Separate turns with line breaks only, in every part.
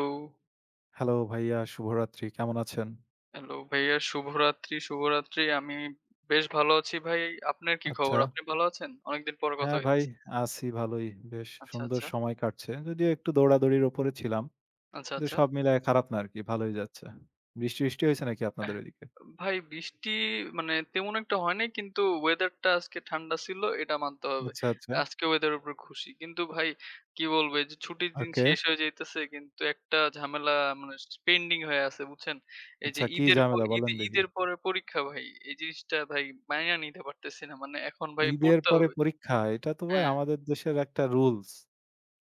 Hello,
hello ভাইয়া, শুভরাত্রি। কেমন আছেন?
হ্যালো ভাইয়া শুভরাত্রি, শুভরাত্রি। আমি বেশ ভালো আছি ভাই। আপনার কি খবর?
আচ্ছা।
আপনি ভালো আছেন? অনেকদিন পরে কথা
হ্যাঁ ভাই,
হইতেছে।
আছি ভালোই। বেশ
আচ্ছা,
সুন্দর
আচ্ছা,
সময় কাটছে। যদিও একটু দৌড়াদৌড়ির ওপরে ছিলাম।
আচ্ছা,
কিন্তু
আচ্ছা।
সব মিলায় খারাপ না আরকি, ভালোই যাচ্ছে। বৃষ্টি-টৃষ্টি হইছে নাকি আপনাদের
এহ
ওইদিকে?
ভাই বৃষ্টি মানে তেমন একটা হয় নাই কিন্তু ওয়েদারটা আজকে ঠান্ডা ছিল এটা মানতে হবে।
আচ্ছা, আচ্ছা।
আজকে ওয়েদারের উপর খুশি। কিন্তু ভাই কি বলবো এই যে ছুটির দিন
ওকে।
শেষ হয়ে যাইতেছে কিন্তু একটা ঝামেলা মানে পেন্ডিং হয়ে আছে বুঝছেন? এই যে
আচ্ছা কি
ঈদের পর
ঝামেলা
ঈদ
বলেন দেখি?
ঈদের পরে পরীক্ষা ভাই। এই জিনিসটা ভাই মাইনা নিতে পারতেছি না। মানে এখন ভাই
ঈদের
পড়তে
পরে
হবে।
পরীক্ষা, এটা তো ভাই
হ্যাঁ,
আমাদের দেশের একটা রুলস।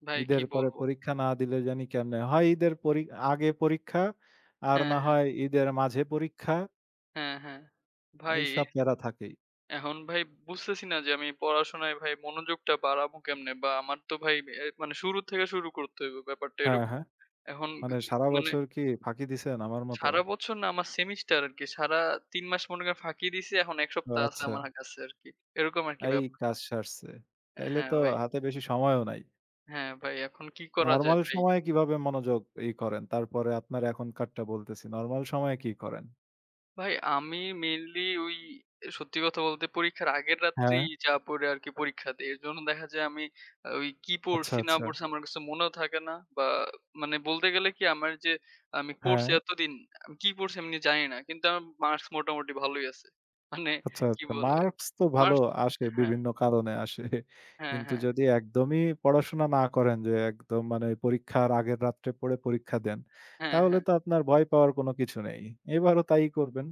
ভাই কি
ঈদের পরে
বলবো?
পরীক্ষা না দিলে জানি কেমনে হয়? হয় ঈদের পরি আগে পরীক্ষা, আর
হ্যাঁ,
না
হ্যাঁ,
হয় ঈদের মাঝে পরীক্ষা।
হ্যাঁ, হ্যাঁ। ভাই
এইসব প্যারা থাকেই।
ভাই বুঝতেছি না যে আমি পড়াশোনায় ভাই মনোযোগটা বাড়াবো কেমনে? বা আমার তো ভাই মানে শুরু থেকে শুরু করতে হইবে ব্যাপারটা
হ্যাঁ,
এরকম।
হ্যাঁ।
এখন
মানে সারা
মানে
বছর কি ফাঁকি দিছেন আমার মতো?
সারা বছর না আমার সেমিস্টার আরকি। সারা ৩ মাস মনে করেন ফাঁকি দিছি। এখন ১
ও
সপ্তাহ আছে
আচ্ছা।
আমার কাছে আরকি। এরকম আরকি
এই
ব্যাপারটা।
কাজ সারছে। তাইলে
হ্যাঁ
তো
ভাই।
হাতে বেশি সময়ও নাই।
হ্যাঁ ভাই, এখন কি করা যায়
নরমাল
ভাই?
সময়ে কিভাবে মনোযোগ ই করেন? তারপরে আপনার এখনকারটা বলতেছি। নরমাল সময়ে কি করেন?
ভাই আমি মেইনলি ওই সত্যি কথা বলতে পরীক্ষার আগের
হ্যাঁ।
রাত্রেই যা পড়ে আরকি পরীক্ষা দেই। এজন্য দেখা যায় আমি আ ওই কি
আচ্ছা,
পড়ছি না
আচ্ছা।
পড়ছি আমার কাছে মনেও থাকে না বা মানে বলতে গেলে কি আমার যে আমি পড়ছি
হ্যাঁ,
এতদিন আমি কি পড়ছি আমি নিজে জানি না। কিন্তু আমার মার্কস মোটামুটি ভালোই আছে। মানে
আচ্ছা,
কি
আচ্ছা।
বলে
মার্কস তো ভালো
মার্কস
আসে,
হ্যাঁ,
বিভিন্ন কারণে আসে।
হ্যাঁ,
কিন্তু
হ্যাঁ,
যদি একদমই পড়াশোনা না করেন যে একদম মানে পরীক্ষার আগের রাত্রে পড়ে পরীক্ষা দেন,
হ্যাঁ,
তাহলে
হ্যাঁ।
তো আপনার ভয় পাওয়ার কোনো কিছু নেই। এবারও তাই করবেন।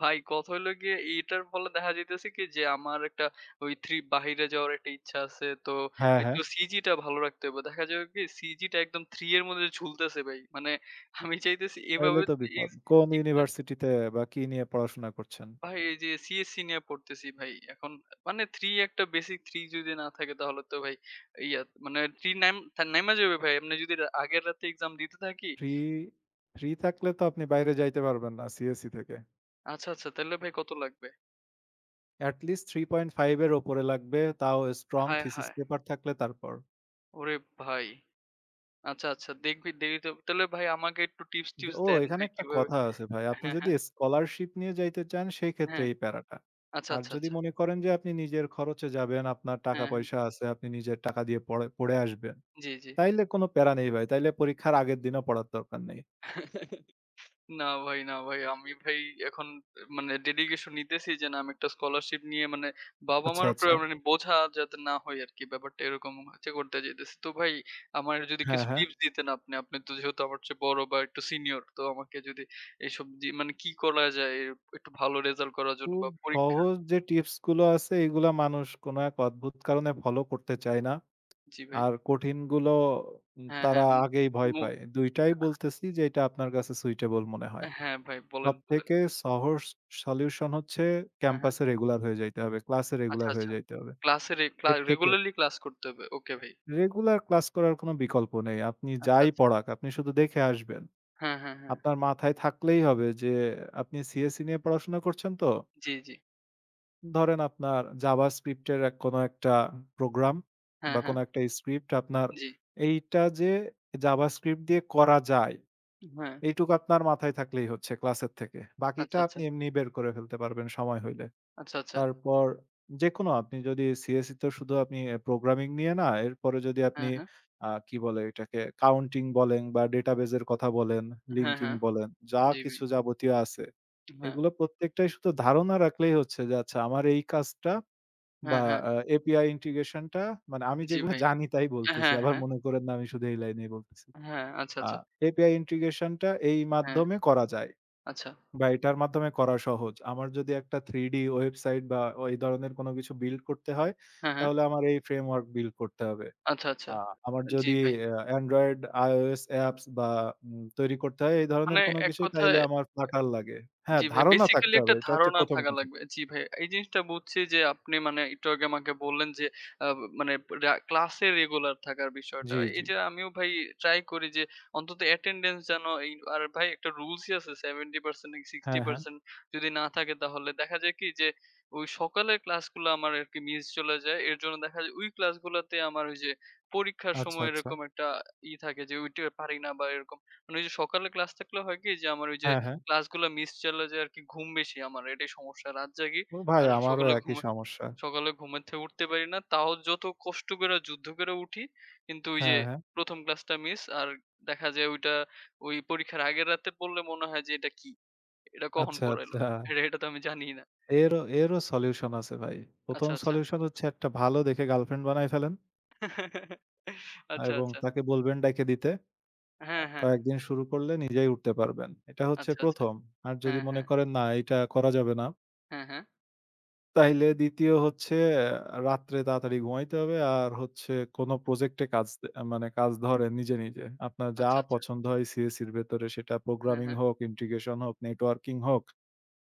ভাই কথা হইলো গিয়ে এইটার ফলে দেখা যাইতেছে কি যে আমার একটা ওই থ্রি বাহিরে যাওয়ার একটা ইচ্ছা আছে। তো
হ্যাঁ,
একটু
হ্যাঁ।
সিজি টা ভালো রাখতে হবে। দেখা যাবে কি সিজি টা একদম 3 এর মধ্যে ঝুলতেছে ভাই। মানে আমি চাইতেছি
তাইলে
এভাবে
তো বিপদ।
ইস
কোন
ইসা
ইউনিভার্সিটিতে বা কি নিয়ে পড়াশোনা করছেন?
ভাই এই যে সিএসসি নিয়ে পড়তেছি ভাই। এখন মানে 3 একটা বেসিক 3 যদি না থাকে তাহলে তো ভাই ইয়া মানে 3 নাইম নাইমা যাবে ভাই। আপনি যদি আগের রাতে এক্সাম দিতে থাকি।
3, 3 থাকলে তো আপনি বাইরে যাইতে পারবেন না সিএসই থেকে।
আচ্ছা, আচ্ছা তাহলে ভাই কত লাগবে?
এট লিস্ট 3.5 এর উপরে লাগবে তাও স্ট্রং
হায়,
থিসিস
হায়!
পেপার থাকলে তারপর।
ওরে ভাই! আচ্ছা, আচ্ছা। দেখবি দেরিতে তাহলে ভাই আমাকে একটু টিপস
য
টিপস
ও
দেন
এখানে
ভাই
একটা
কিভাবে
কথা আছে ভাই। আপনি
হ্যাঁ,
যদি
হ্যাঁ,
স্কলারশিপ নিয়ে যাইতে চান সেই ক্ষেত্রে
হ্যাঁ।
এই প্যারাটা।
আচ্ছা,
আর
আচ্ছা,
যদি
আচ্ছা।
মনে করেন যে আপনি নিজের খরচে যাবেন, আপনার
হ্যাঁ,
টাকা-পয়সা
হ্যাঁ।
আছে, আপনি নিজের টাকা দিয়ে পড়ে পড়ে আসবেন।
জি, জি।
তাইলে কোনো প্যারা নেই ভাই। তাইলে পরীক্ষার আগের দিনও পড়ার দরকার নেই।
না ভাই, না ভাই। আমি ভাই এখন মানে ডেডিকেশন নিতেছি যে না আমি একটা স্কলারশিপ নিয়ে মানে
আচ্ছা,
বাবা-মার উপরে
আচ্ছা।
মানে বোঝা যাতে না হই আরকি। ব্যাপারটা এরকম হচ্ছে করতে চাইতেছি। তো ভাই আমার যদি
হ্যাঁ,
কিছু
হ্যাঁ।
টিপস দিতেন আপনি, আপনি তো যেহেতু আমার চেয়ে বড় বা একটু সিনিয়র। তো আমাকে যদি এইসব জি মানে কি করা যায় এর একটু ভালো রেজাল্ট করার জন্য
খুব
বা পরীক্ষা
সহজ যে টিপস গুলো আছে এগুলা মানুষ কোনো এক অদ্ভুত কারণে ফলো করতে চায় না।
জি ভাই।
আর কঠিনগুলো
হ্যাঁ,
তারা
হ্যাঁ।
আগেই ভয়
মু
পায়। ২ টাই বলতেছি যে এটা আপনার কাছে সুইটেবল মনে হয়।
অ্যা হ্যাঁ ভাই বলেন, বলেন।
সবথেকে সহজ সলিউশন হচ্ছে
হ্যাঁ, হ্যাঁ।
ক্যাম্পাসে রেগুলার হয়ে যাইতে হবে, ক্লাসে
আচ্ছা,
রেগুলার হয়ে
আচ্ছা।
যাইতে হবে।
ক্লাসে রে ক্লা
এর থেকে
রেগুলারলি ক্লাস করতে হবে। ওকে ভাই।
রেগুলার ক্লাস করার কোনো বিকল্প নেই। আপনি
আচ্ছা,
যাই
আচ্ছা।
পড়াক আপনি শুধু দেখে আসবেন।
হ্যাঁ, হ্যাঁ, হ্যাঁ।
আপনার মাথায় থাকলেই হবে যে আপনি সিএসই নিয়ে পড়াশোনা করছেন তো?
জি, জি।
ধরেন আপনার JavaScript এর এক কোনো একটা প্রোগ্রাম
হ্যাঁ,
বা
হ্যাঁ।
কোনো একটা স্ক্রিপ্ট আপনার
জি।
এইটা যে JavaScript দিয়ে করা যায়,
হ্যাঁ।
এইটুকু আপনার মাথায় থাকলেই হচ্ছে ক্লাসের থেকে।
আচ্ছা,
বাকিটা
আচ্ছা।
আপনি এমনি বের করে ফেলতে পারবেন সময় হইলে।
আচ্ছা, আচ্ছা।
তারপর যেকোনো আপনি যদি CSE তো শুধু আপনি এ প্রোগ্রামিং নিয়ে না, এরপরে যদি
হ্যাঁ,
আপনি
হ্যাঁ।
কি বলে এটাকে কাউন্টিং বলেন বা ডেটাবেজ এর কথা বলেন,
হ্যাঁ,
লিঙ্কিং
হ্যাঁ।
বলেন, যা
জি ভাই।
কিছু যাবতীয় আছে,
হ্যাঁ।
এগুলো প্রত্যেকটাই শুধু ধারণা রাখলেই হচ্ছে যে আচ্ছা আমার এই কাজটা
হ্যাঁ,
বা
হ্যাঁ।
API integration টা মানে আমি
জি
যেগুলো
ভাই।
জানি তাই বলতেছি।
হ্যাঁ,
আবার
হ্যাঁ।
মনে করেন না আমি শুধু এই লাইনেই বলতেছি।
হ্যাঁ। আচ্ছা,
আ
আচ্ছা।
API integration টা এই
হ্যাঁ।
মাধ্যমে করা যায়
আচ্ছা।
বা এটার মাধ্যমে করা সহজ। আমার যদি একটা 3D ওয়েবসাইট বা এই ধরনের কোনো কিছু বিল্ড করতে হয়,
হ্যাঁ, হ্যাঁ।
তাহলে আমার এই ফ্রেমওয়ার্ক বিল্ড করতে হবে।
আচ্ছা,
আ
আচ্ছা।
আমার
জি
যদি
ভাই।
Android, iOS অ্যাপস বা তৈরি করতে হয় এই ধরনের
মানে
কোনো
এক
কিছু তাইলে
কথায়
আমার Flutter লাগে। হ্যাঁ,
জি ভাই,
ধারণা
বেসিক্যালি
থাকতে হবে।
একটা
এটা হচ্ছে
ধারণা
১ম
থাকা
কথা।
লাগবে। জি ভাই, এই জিনিসটা বুঝছি যে আপনি মানে একটু আগে আমাকে বললেন যে আ মানে রা ক্লাসে রেগুলার থাকার বিষয়টা।
জি, জি।
এটা আমিও ভাই ট্রাই করি যে অন্তত অ্যাটেন্ডেন্স যেন এই আর ভাই একটা রুলসই আছে 70% নাকি
হ্যাঁ, হ্যাঁ।
60% যদি না থাকে তাহলে দেখা যায় কি যে ওই সকালের ক্লাসগুলো আমার আরকি মিস চলে যায়। এর জন্য দেখা যায় ওই ক্লাসগুলোতে আমার ওই যে পরীক্ষার
আচ্ছা,
সময়
আচ্ছা।
এরকম একটা থাকে যে ওইটা পারি না বা এরকম। মানে ওই যে সকালে ক্লাস থাকলে হয় কি যে আমার ওই যে
হ্যাঁ, হ্যাঁ।
ক্লাসগুলো মিস চলে যে আরকি ঘুম বেশি আমার। এটাই সমস্যা। রাত জাগি
ও ভাই
আর
আমারও একই সমস্যা।
সকালে ঘুমের থেকে উঠতে পারি না। তাও যত কষ্ট করে যুদ্ধ করে উঠি কিন্তু ওই যে
হ্যাঁ, হ্যাঁ।
১ম ক্লাসটা মিস। আর দেখা যায় ওইটা ওই পরীক্ষার আগের রাতে পড়লে মনে হয় যে এটা কি? এটা কখন
আচ্ছা,
পড়াইলো?
আচ্ছা।
এটা এটা তো আমি জানিই না।
এরও এরও সলিউশন আছে ভাই।
আচ্ছা,
১ম
আচ্ছা।
সলিউশন হচ্ছে একটা ভালো দেখে গার্লফ্রেন্ড বানায় ফেলেন
আচ্ছা,
এবং
আচ্ছা।
তাকে বলবেন ডাইকে দিতে।
হ্যাঁ, হ্যাঁ।
কয়েকদিন শুরু করলে নিজেই উঠতে পারবেন। এটা হচ্ছে
আচ্ছা, আচ্ছা।
১ম। আর যদি
হ্যাঁ,
মনে
হ্যাঁ।
করেন না এটা করা যাবে না,
হ্যাঁ, হ্যাঁ।
তাইলে ২য় হচ্ছে রাত্রে তাড়াতাড়ি ঘুমাইতে হবে। আর হচ্ছে কোনো প্রজেক্টে কাজ দে মানে কাজ ধরেন নিজে, নিজে। আপনার যা
আচ্ছা, আচ্ছা।
পছন্দ হয় সিএসির ভেতরে সেটা
হ্যাঁ,
প্রোগ্রামিং
হ্যাঁ।
হোক, ইন্টিগ্রেশন হোক, নেটওয়ার্কিং হোক।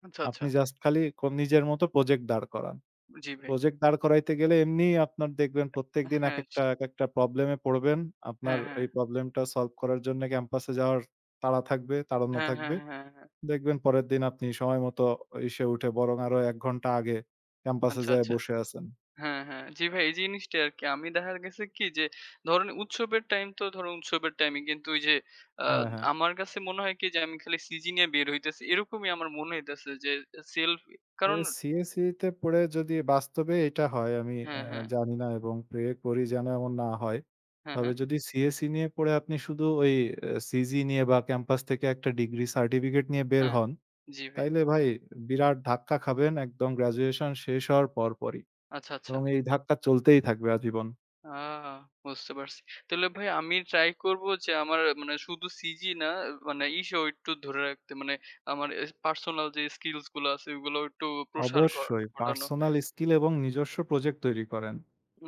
আচ্ছা, আচ্ছা।
আপনি জাস্ট খালি নিজের মতো প্রজেক্ট দাঁড় করান।
জি ভাই।
প্রজেক্ট দাঁড় করাইতে গেলে এমনিই আপনার দেখবেন প্রত্যেকদিন
হ্যাঁ, স
একেকটা, একেকটা প্রবলেমে পড়বেন। আপনার
হ্যাঁ, হ্যাঁ।
এই প্রবলেমটা সলভ করার জন্য ক্যাম্পাসে যাওয়ার তাড়া থাকবে, তাড়না
হ্যাঁ, হ্যাঁ,
থাকবে।
হ্যাঁ, হ্যাঁ।
দেখবেন পরের দিন আপনি সময়মতো এসে উঠে বরং আরো ১ ঘন্টা আগে ক্যাম্পাসে
আচ্ছা,
যেয়ে
আচ্ছা।
বসে আছেন।
হ্যাঁ, হ্যাঁ। জি ভাই, এই জিনিসটাই আরকি। আমি দেখা গেছে কি যে ধরেন উৎসবের টাইম তো ধরুন উৎসবের টাইমে কিন্তু ওই যে আ
হ্যাঁ, হ্যাঁ।
আমার কাছে মনে হয় কি যে আমি খালি সিজি নিয়ে বের হইতেছি। এরকমই আমার মনে হইতেছে যে সেলফ
এ
কারণ
সিএসই তে পড়ে যদি বাস্তবে এটা হয় আমি
হ্যাঁ, হ্যাঁ।
জানি না এবং প্রে করি যেন এমন না হয়।
হ্যাঁ,
তবে
হ্যাঁ।
যদি সিএসই নিয়ে পড়ে আপনি শুধু ওই সিজি নিয়ে বা ক্যাম্পাস থেকে একটা ডিগ্রি সার্টিফিকেট নিয়ে বের
হ্যাঁ,
হন,
জি ভাই।
তাইলে ভাই বিরাট ধাক্কা খাবেন একদম গ্র্যাজুয়েশন শেষ হওয়ার পরপরই।
আচ্ছা, আচ্ছা।
এবং এই ধাক্কা চলতেই থাকবে আজীবন।
আ বুঝতে পারছি। তাহলে ভাই আমি ট্রাই করব যে আমার মানে শুধু সিজি না মানে ইসেও একটু ধরে রাখতে মানে আমার এ পার্সোনাল যে স্কিলস গুলো আছে ওগুলো একটু প্রসার
অবশ্যই
ঘটানো।
পার্সোনাল স্কিল এবং নিজস্ব প্রজেক্ট তৈরি করেন।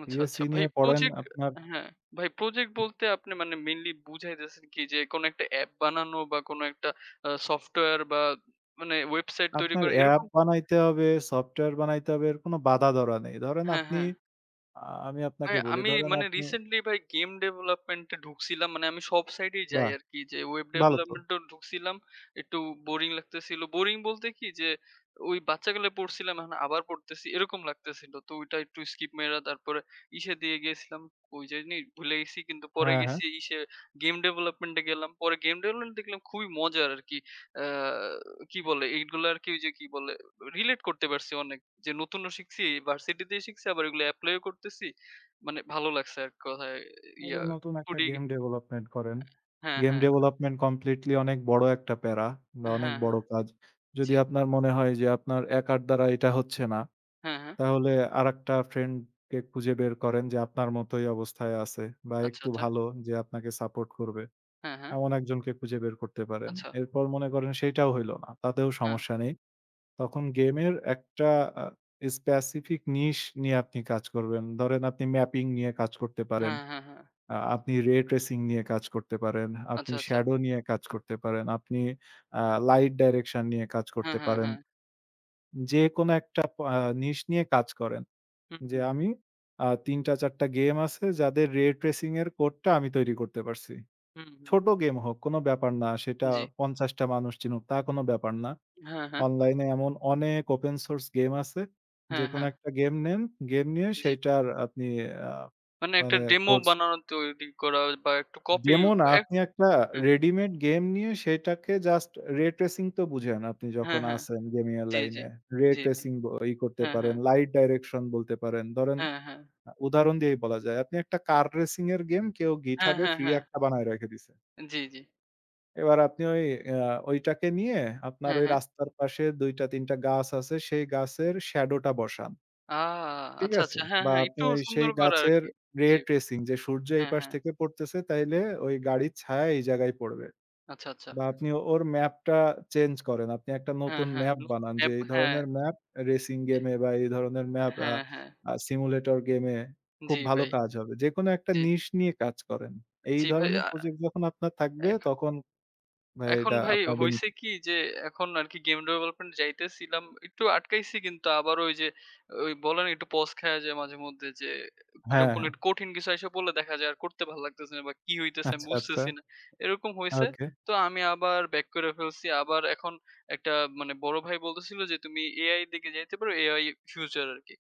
আচ্ছা, আচ্ছা।
সিএসই
ভাই
নিয়ে পড়েন
প্রজেক্ট
আপনার,
হ্যাঁ, ভাই প্রজেক্ট বলতে আপনি মানে মেইনলি বুঝাইতেছেন কি যে কোনো একটা অ্যাপ বানানো বা কোনো একটা সফটওয়্যার বা মানে ওয়েবসাইট তৈরি
আপনার
করা
অ্যাপ
এরকম?
বানাইতে হবে, সফটওয়্যার বানাইতে হবে এর কোনো বাধা ধরা নেই। ধরেন
হ্যাঁ,
আপনি
হ্যাঁ।
আ আমি আপনাকে
মানে
বলি
আমি
ধরেন
মানে
আপনি
রিসেন্টলি ভাই গেম ডেভেলপমেন্ট এ ঢুকছিলাম। মানে আমি সব সাইডেই যাই
বাহ!
আরকি। যে ওয়েব
ভালো তো।
ডেভেলপমেন্ট এও ঢুকছিলাম। একটু বোরিং লাগতেছিল। বোরিং বলতে কি যে ওই বাচ্চাকালে পড়ছিলাম এখন আবার পড়তেছি এরকম লাগতেছিল। তো ওইটা একটু স্কিপ মেরা তারপরে ইসে দিয়ে গেছিলাম। ওই জানি ভুলে গেছি কিন্তু পরে
হ্যাঁ, হ্যাঁ।
গেছি ইসে গেম ডেভেলপমেন্ট এ গেলাম। পরে গেম ডেভেলপমেন্ট দেখলাম খুবই মজার আরকি। আ কি বলে এইগুলো আরকি ওই যে কি বলে রিলেট করতে পারছি অনেক। যে নতুনও শিখছি, ভার্সিটিতেই শিখছি আবার এগুলো এপ্লাই ও করতেছি। মানে ভালো লাগছে এক কথায় ইয়া
ধরেন নতুন একটা
2D
গেম ডেভেলপমেন্ট করেন।
হ্যাঁ,
গেম
হ্যাঁ,
ডেভেলপমেন্ট কমপ্লিটলি অনেক বড় একটা প্যারা বা অনেক
হ্যাঁ,
বড়
হ্যাঁ,
কাজ। যদি
জি।
আপনার মনে হয় যে আপনার একার দ্বারা এটা হচ্ছে না,
হ্যাঁ, হ্যাঁ।
তাহলে আরেকটা ফ্রেন্ডকে খুঁজে বের করেন যে আপনার মতোই অবস্থায় আছে বা
আচ্ছা,
একটু
আচ্ছা।
ভালো যে আপনাকে সাপোর্ট করবে।
হ্যাঁ, হ্যাঁ।
এমন একজনকে খুঁজে বের করতে পারেন।
আচ্ছা।
এরপর মনে করেন সেইটাও হইল না। তাতেও
হ্যাঁ।
সমস্যা নেই। তখন গেমের একটা আ স্পেসিফিক নিশ নিয়ে আপনি কাজ করবেন। ধরেন আপনি ম্যাপিং নিয়ে কাজ করতে পারেন।
হ্যাঁ, হ্যাঁ, হ্যাঁ।
আপনি রে ট্রেসিং নিয়ে কাজ করতে পারেন। আপনি
আচ্ছা, আচ্ছা।
শ্যাডো নিয়ে কাজ করতে পারেন। আপনি আ লাইট ডাইরেকশন নিয়ে কাজ
হ্যাঁ,
করতে
হ্যাঁ,
পারেন।
হ্যাঁ।
যেকোনো একটা প আ নিশ নিয়ে কাজ করেন।
হুম,
যে
হুম,
আমি ৩ টা ৪ টা গেম আছে যাদের রে ট্রেসিং এর কোডটা আমি তৈরি করতে পারছি।
হুম, হুম।
ছোট গেম হোক, কোনো ব্যাপার না। সেটা
জি।
৫০ টা মানুষ চিনুক তা কোনো ব্যাপার না।
হ্যাঁ, হ্যাঁ।
অনলাইনে এমন অনেক ওপেন সোর্স গেম আছে।
হ্যাঁ,
যেকোনো
হ্যাঁ।
একটা গেম নেন, গেম নিয়ে
জি।
সেইটার আপনি আ
মানে একটা
মানে
ডেমো
কোর্স
বানানো তৈরি করা বা একটু কপি
ডেমো না
এক
আপনি একটা রেডিমেড গেম নিয়ে সেটাকে জাস্ট রে ট্রেসিং তো বুঝেন আপনি
হ্যাঁ,
যখন
হ্যাঁ।
আছেন গেমিং এর
জি, জি।
লাইনে। রে
জি ভাই।
ট্রেসিং ই করতে
হ্যাঁ,
পারেন,
হ্যাঁ।
লাইট ডাইরেকশন বলতে পারেন। ধরেন
হ্যাঁ, হ্যাঁ।
উদাহরণ দিয়েই বলা যায়। আপনি একটা কার রেসিং এর গেম কেউ
হ্যাঁ,
GitHub এ
হ্যাঁ,
ফ্রি
হ্যাঁ।
একটা বানায় রেখে দিছে।
জি, জি।
এবার আপনি ওই আ ওইটাকে নিয়ে আপনার
হ্যাঁ,
ওই
হ্যাঁ।
রাস্তার পাশে ২ টা ৩ টা গাছ আছে, সেই গাছের শ্যাডোটা বসান।
আ
ঠিক
আচ্ছা,
আছে?
আচ্ছা। হ্যাঁ,
বা
হ্যাঁ।
আপনি
একটু
ওই
সুন্দর
সেই
করা
গাছের
আরকি।
রে
জি।
ট্রেসিং যে সূর্য এই
হ্যাঁ,
পাশ
হ্যাঁ।
থেকে পড়তেছে তাইলে ওই গাড়ির ছায়া এই জায়গায় পড়বে।
আচ্ছা, আচ্ছা।
বা আপনি ওর ম্যাপটা চেঞ্জ করেন। আপনি একটা
হ্যাঁ,
নতুন
হ্যাঁ।
ম্যাপ
নতুন
বানান যে
অ্যাপ
এই
হ্যাঁ,
ধরনের ম্যাপ রেসিং গেমে বা এই ধরনের ম্যাপ আ
হ্যাঁ, হ্যাঁ।
আ সিমুলেটর গেমে
জি
খুব ভালো
ভাই,
কাজ হবে। যেকোনো একটা
জি।
নিশ নিয়ে কাজ করেন। এই
জি ভাই,
ধরনের
আ
প্রজেক্ট যখন আপনার থাকবে
এখ
তখন ভাই
এখন
এটা
ভাই
আপনার বেনি
হইছে কি যে এখন আরকি গেম ডেভেলপমেন্ট যাইতেছিলাম। একটু আটকাইছি কিন্তু আবার ওই যে ওই বলে না একটু পজ খায়া যায় মাঝেমধ্যে যে কিরম
হ্যাঁ,
কোনো একটা
হ্যাঁ।
কঠিন কিছু আইসা পড়লে দেখা যায় আর করতে ভাল লাগতেছে না বা কি হইতেছে আমি
আচ্ছা, আচ্ছা।
বুঝতেছি না। এরকম হইছে।
ওকে।
তো আমি আবার ব্যাক করে ফেলছি। আবার এখন একটা মানে বড় ভাই বলতেছিল যে তুমি AI দিকে যাইতে পারো। AI ফিউচার আরকি।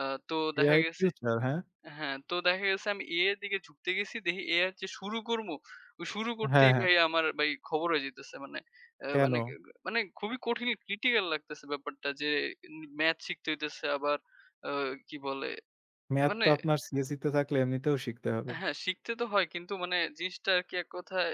আ তো দেখা
AI
গেছে
ফিউচার হ্যাঁ?
হ্যাঁ, তো দেখা গেছে আমি A এর দিকে ঝুঁকতে গেছি। দেখি A হচ্ছে শুরু করবো। ও শুরু
হ্যাঁ,
করতেই
হ্যাঁ।
ভাই আমার ভাই খবর হয়ে যাইতেছে। মানে আ
কেন?
মানে মানে খুবই কঠিন critical লাগতেছে ব্যাপারটা যে ম্যাথ শিখতে হইতেছে আবার আ কি বলে
ম্যাথ
মানে
তো আপনার সিএসই তে থাকলে এমনিতেও শিখতে হবে।
হ্যাঁ, শিখতে তো হয়। কিন্তু মানে জিনিসটা আরকি এক কথায়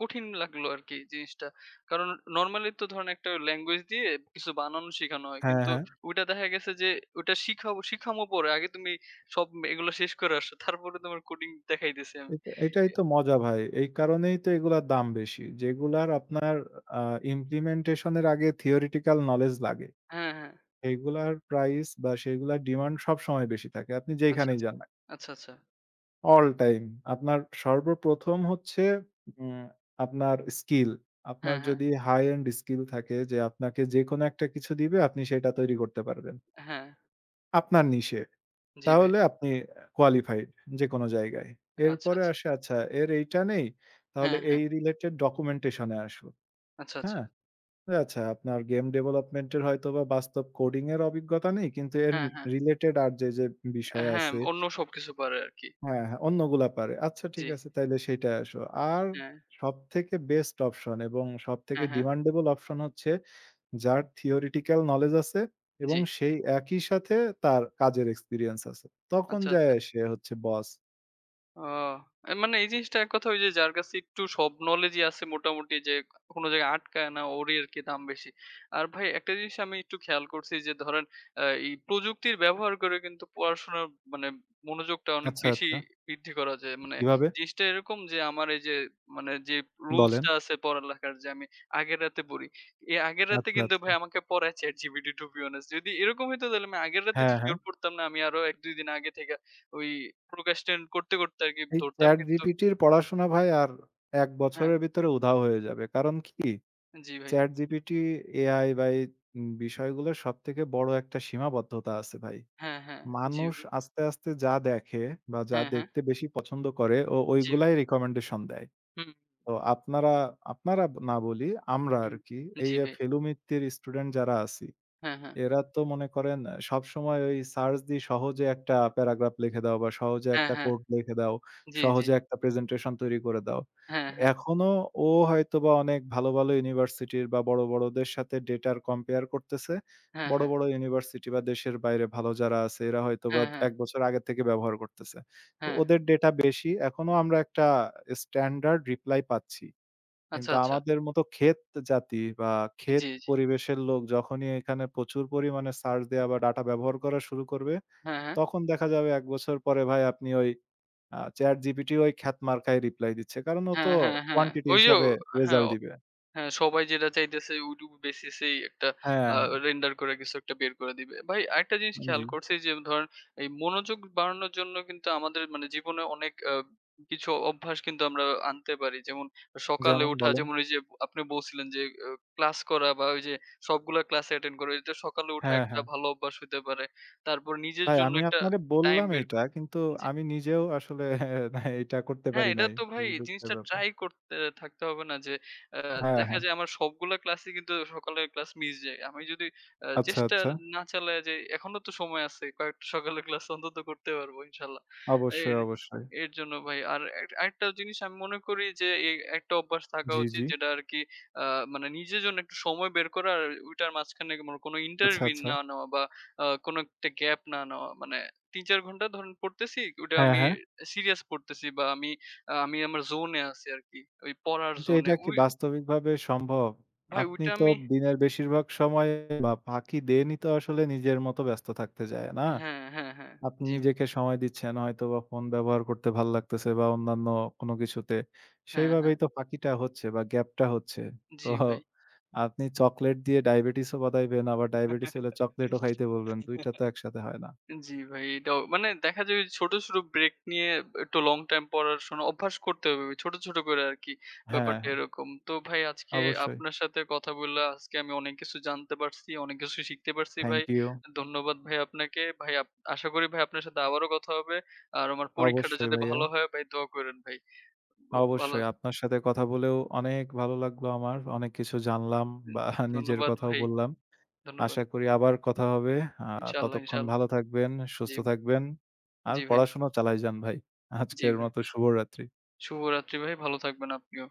কঠিন লাগলো আরকি জিনিসটা। কারণ নরমালি তো ধরেন একটা ল্যাঙ্গুয়েজ দিয়ে কিছু বানানো শিখানো হয়।
হ্যাঁ,
কিন্তু
হ্যাঁ।
ওইটা দেখা গেছে যে ওইটা শিখাবো শিখামো পরে। আগে তুমি সব এগুলো শেষ করে আসো। তারপরে তোমার কোডিং দেখাইতেছি আমি।
এটা এটাই তো মজা ভাই। এই কারণেই তো এগুলার দাম বেশি। যেগুলার আপনার আ ইমপ্লিমেন্টেশন এর আগে theoretical knowledge লাগে।
হ্যাঁ, হ্যাঁ।
এগুলার প্রাইস বা সেগুলার ডিমান্ড সবসময় বেশি থাকে। আপনি
আচ্ছা,
যেইখানেই
আচ্ছা।
যান।
আচ্ছা, আচ্ছা।
All time. আপনার সর্বপ্রথম হচ্ছে উম আপনার স্কিল। আপনার
হ্যাঁ, হ্যাঁ।
যদি হাই এন্ড স্কিল থাকে যে আপনাকে যেকোনো একটা কিছু দিবে আপনি সেটা তৈরি করতে পারবেন।
হ্যাঁ।
আপনার নিশে।
জি ভাই।
তাহলে আপনি কোয়ালিফাইড যেকোনো জায়গায়।
আচ্ছা,
এরপরে
আচ্ছা।
আসে আচ্ছা এর এইটা নেই। তাহলে
হ্যাঁ, হ্যাঁ।
এই রিলেটেড ডকুমেন্টেশন এ আসো।
আচ্ছা, আচ্ছা।
হ্যাঁ? আচ্ছা আপনার গেম ডেভেলপমেন্ট এর হয়তোবা বাস্তব কোডিং এর অভিজ্ঞতা নেই। কিন্তু এর
হ্যাঁ, হ্যাঁ।
রিলেটেড আর যে বিষয়
হ্যাঁ,
আছে
অন্য সবকিছু পারে আরকি।
হ্যাঁ, হ্যাঁ, অন্যগুলা পারে। আচ্ছা ঠিক
জি।
আছে তাইলে সেইটাই আসো। আর
হ্যাঁ।
সবথেকে বেস্ট অপশন এবং সবথেকে
হ্যাঁ, হ্যাঁ।
ডিমান্ডেবল অপশন হচ্ছে যার থিওরিটিক্যাল নলেজ আছে
জি।
এবং সেই একই সাথে তার কাজের এক্সপেরিয়েন্স আছে। তখন
আচ্ছা, আচ্ছা।
যায়া সে হচ্ছে বস।
ও এ মানে এই জিনিসটা এক কথা ওই যে যার কাছে একটু সব নলেজই আছে মোটামুটি যে কোনো জায়গায় আটকায় না ওরই আরকি দাম বেশি। আর ভাই একটা জিনিস আমি একটু খেয়াল করছি যে ধরেন এই প্রযুক্তির ব্যবহার করে কিন্তু পড়াশোনার মানে মনোযোগটা অনেক
আচ্ছা,
বেশি
আচ্ছা।
বৃদ্ধি করা যায়। মানে
কিভাবে?
জিনিসটা এরকম যে আমার এই যে মানে যে রুলস
বলেন।
টা আছে পড়ালেখার যে আমি আগের রাতে পড়ি। এই আগের রাতে
আচ্ছা,
কিন্তু
আচ্ছা।
ভাই আমাকে পড়ায় ChatGPT to be honest যদি এরকম হইতো তাহলে আমি আগের রাতে
হ্যাঁ,
শিওর
হ্যাঁ।
পড়তাম না আমি আরো ১-২ দিন আগে থেকে ওই procrastinate করতে আরকি
এই
ধরতাম কিন্তু
ChatGPT র পড়াশোনা ভাই আর ১
হ্যাঁ,
বছরের ভিতরে উধাও হয়ে যাবে। কারণ কি?
জি ভাই।
ChatGPT, AI বা এই বিষয়গুলোর সবথেকে বড় একটা সীমাবদ্ধতা আছে ভাই।
হ্যাঁ, হ্যাঁ, জি
মানুষ
ভাই।
আস্তে, আস্তে যা দেখে বা যা
হ্যাঁ, হ্যাঁ,
দেখতে বেশি পছন্দ করে ও
জি
ওইগুলাই
ভাই।
রিকমেন্ডেশন দেয়।
হুম,
তো আপনারা, আপনারা না বলি আমরা
হুম,
আরকি এই
জি ভাই।
ফেলু মিত্তির স্টুডেন্ট যারা আছি
হ্যাঁ, হ্যাঁ,
এরা তো মনে করেন সবসময় ওই সার্চ দিয়ে সহজে একটা প্যারাগ্রাফ লিখে দাও বা সহজে
হ্যাঁ,
একটা
হ্যাঁ,
কোড লিখে দাও,
জি, জি।
সহজে একটা প্রেজেন্টেশন তৈরি করে দাও।
হ্যাঁ, হ্যাঁ,
এখনো ও হয়তোবা অনেক ভালো, ভালো ইউনিভার্সিটির বা বড়, বড়দের সাথে ডেটার কম্পেয়ার করতেছে।
হ্যাঁ,
বড়,
হ্যাঁ,
বড় ইউনিভার্সিটি বা দেশের বাইরে ভালো যারা আছে এরা হয়তোবা
হ্যাঁ, হ্যাঁ,
১ বছর আগে থেকে ব্যবহার করতেছে। তো
হ্যাঁ।
ওদের ডেটা বেশি। এখনো আমরা একটা স্ট্যান্ডার্ড রিপ্লাই পাচ্ছি।
আচ্ছা,
কিন্তু
আচ্ছা।
আমাদের মতো ক্ষেত জাতি বা ক্ষেত
জি, জি।
পরিবেশের লোক যখনই এখানে প্রচুর পরিমাণে সার্চ দেয়া বা ডাটা ব্যবহার করা শুরু করবে,
হ্যাঁ, হ্যাঁ,
তখন দেখা যাবে ১ বছর পরে ভাই আপনি ওই ChatGPT ওই খ্যাত মার্কায় রিপ্লাই দিচ্ছে। কারণ ও তো
হ্যাঁ, হ্যাঁ, হ্যাঁ।
কোয়ান্টিটি
ওইও
হিসাবে
হ্যাঁ।
রেজাল্ট দিবে।
হ্যাঁ, সবাই যেটা চাইতেছে ওইটুকু বেসিসেই একটা
হ্যাঁ,
আ
হ্যাঁ।
রেন্ডার করে কিছু একটা বের করে দিবে। ভাই আরেকটা জিনিস
জি।
খেয়াল করছি যে ধরেন এই মনোযোগ বাড়ানোর জন্য কিন্তু আমাদের মানে জীবনে অনেক কিছু অভ্যাস কিন্তু আমরা আনতে পারি। যেমন সকালে
যেমন
উঠা
বলেন?
যেমন ওই যে আপনি বলছিলেন যে আ ক্লাস করা বা ওই যে সবগুলা ক্লাস অ্যাটেন্ড করা এটা সকালে উঠা
হ্যাঁ,
একটা
হ্যাঁ।
ভালো অভ্যাস হইতে পারে। তারপর নিজের
ভাই
জন্য
আমি
একটা
আপনারে
টাইম
বললাম
বের
এইটা
করা।
কিন্তু
জি।
আমি নিজেও আসলে এইটা করতে
হ্যাঁ,
পারি
এটা
নাই।
তো ভাই
খুবই দুঃখের
জিনিসটা
ব্যাপার।
ট্রাই করতে থাকতে হবে না যে আ
হ্যাঁ,
দেখা
হ্যাঁ।
যায় আমার সবগুলা ক্লাসই কিন্তু সকালের ক্লাস মিস যায়। আমি যদি
আচ্ছা,
চেষ্টা
আচ্ছা।
না চালাই যে এখনো তো সময় আছে। কয়েকটা সকালের ক্লাস অন্তত করতে পারবো ইনশাল্লাহ।
অবশ্যই,
এর
অবশ্যই।
এর জন্য ভাই আর আরেকটা জিনিস আমি মনে করি যে এই একটা অভ্যাস থাকা
জি,
উচিত
জি।
যেটা আরকি আ মানে নিজের জন্য একটু সময় বের করা আর ওইটার মাঝখানে মনে কোনো
আচ্ছা,
ইন্টারভিউ
আচ্ছা।
না নেওয়া বা কোনো একটা গ্যাপ না নেওয়া। মানে ৩-৪ ঘন্টা ধরেন পড়তেছি ওটা
হ্যাঁ,
আমি
হ্যাঁ।
সিরিয়াস পড়তেছি বা আমি আমি আমার জোনে আছি আরকি। ওই পড়ার
কিন্তু
জোনে।
এটা কি
ওই
বাস্তবিকভাবে সম্ভব?
ভাই
আপনি
ওইটা
তো
আমি
দিনের বেশিরভাগ সময় বা বাকি দিনই তো আসলে নিজের মতো ব্যস্ত থাকতে যায়, না?
হ্যাঁ, হ্যাঁ, হ্যাঁ।
আপনি
জি ভাই।
নিজেকে সময় দিচ্ছেন হয়তোবা ফোন ব্যবহার করতে ভাল লাগতেছে বা অন্যান্য কোনো কিছুতে।
হ্যাঁ, হ্যাঁ।
সেইভাবেই তো ফাঁকিটা হচ্ছে বা গ্যাপটা হচ্ছে। তো
জি ভাই।
আপনি চকোলেট দিয়ে ডায়াবেটিসও বাধাইবেন, আবার ডায়াবেটিস হলে চকোলেটও খাইতে বলবেন। ২ টা তো একসাথে হয় না।
জি ভাই, এটাও মানে দেখা যায় ওই ছোট, ছোট ব্রেক নিয়ে একটু লং টাইম পড়াশোনা অভ্যাস করতে হবে ভাই। ছোট, ছোট করে আরকি
হ্যাঁ,
ব্যাপারটা
হ্যাঁ,
এরকম। তো ভাই আজকে
অবশ্যই।
আপনার সাথে কথা বললে আজকে আমি অনেক কিছু জানতে পারছি, অনেক কিছু শিখতে পারছি ভাই।
Thank you.
ধন্যবাদ ভাই আপনাকে। ভাই আপ আশা করি ভাই আপনার সাথে আবারও কথা হবে। আর আমার পরীক্ষাটা
অবশ্যই
যাতে
ভাইয়া।
ভালো হয় ভাই দোয়া করেন ভাই। ভ ভালো
অবশ্যই আপনার সাথে কথা বলেও অনেক ভালো লাগলো আমার। অনেক কিছু জানলাম
হুম,
বা নিজের
ধন্যবাদ
কথাও
ভাই।
বললাম।
ধন্যবাদ।
আশা করি আবার কথা হবে। আ
ইনশাআল্লাহ,
ততক্ষণ
ইনশাআল্লাহ।
ভালো থাকবেন,
জি,
সুস্থ থাকবেন। আর
জি ভাই,
পড়াশোনা চালায় যান ভাই।
জি
আজকের
ভাই।
মতো শুভরাত্রি।
শুভরাত্রি ভাই। ভালো থাকবেন আপনিও।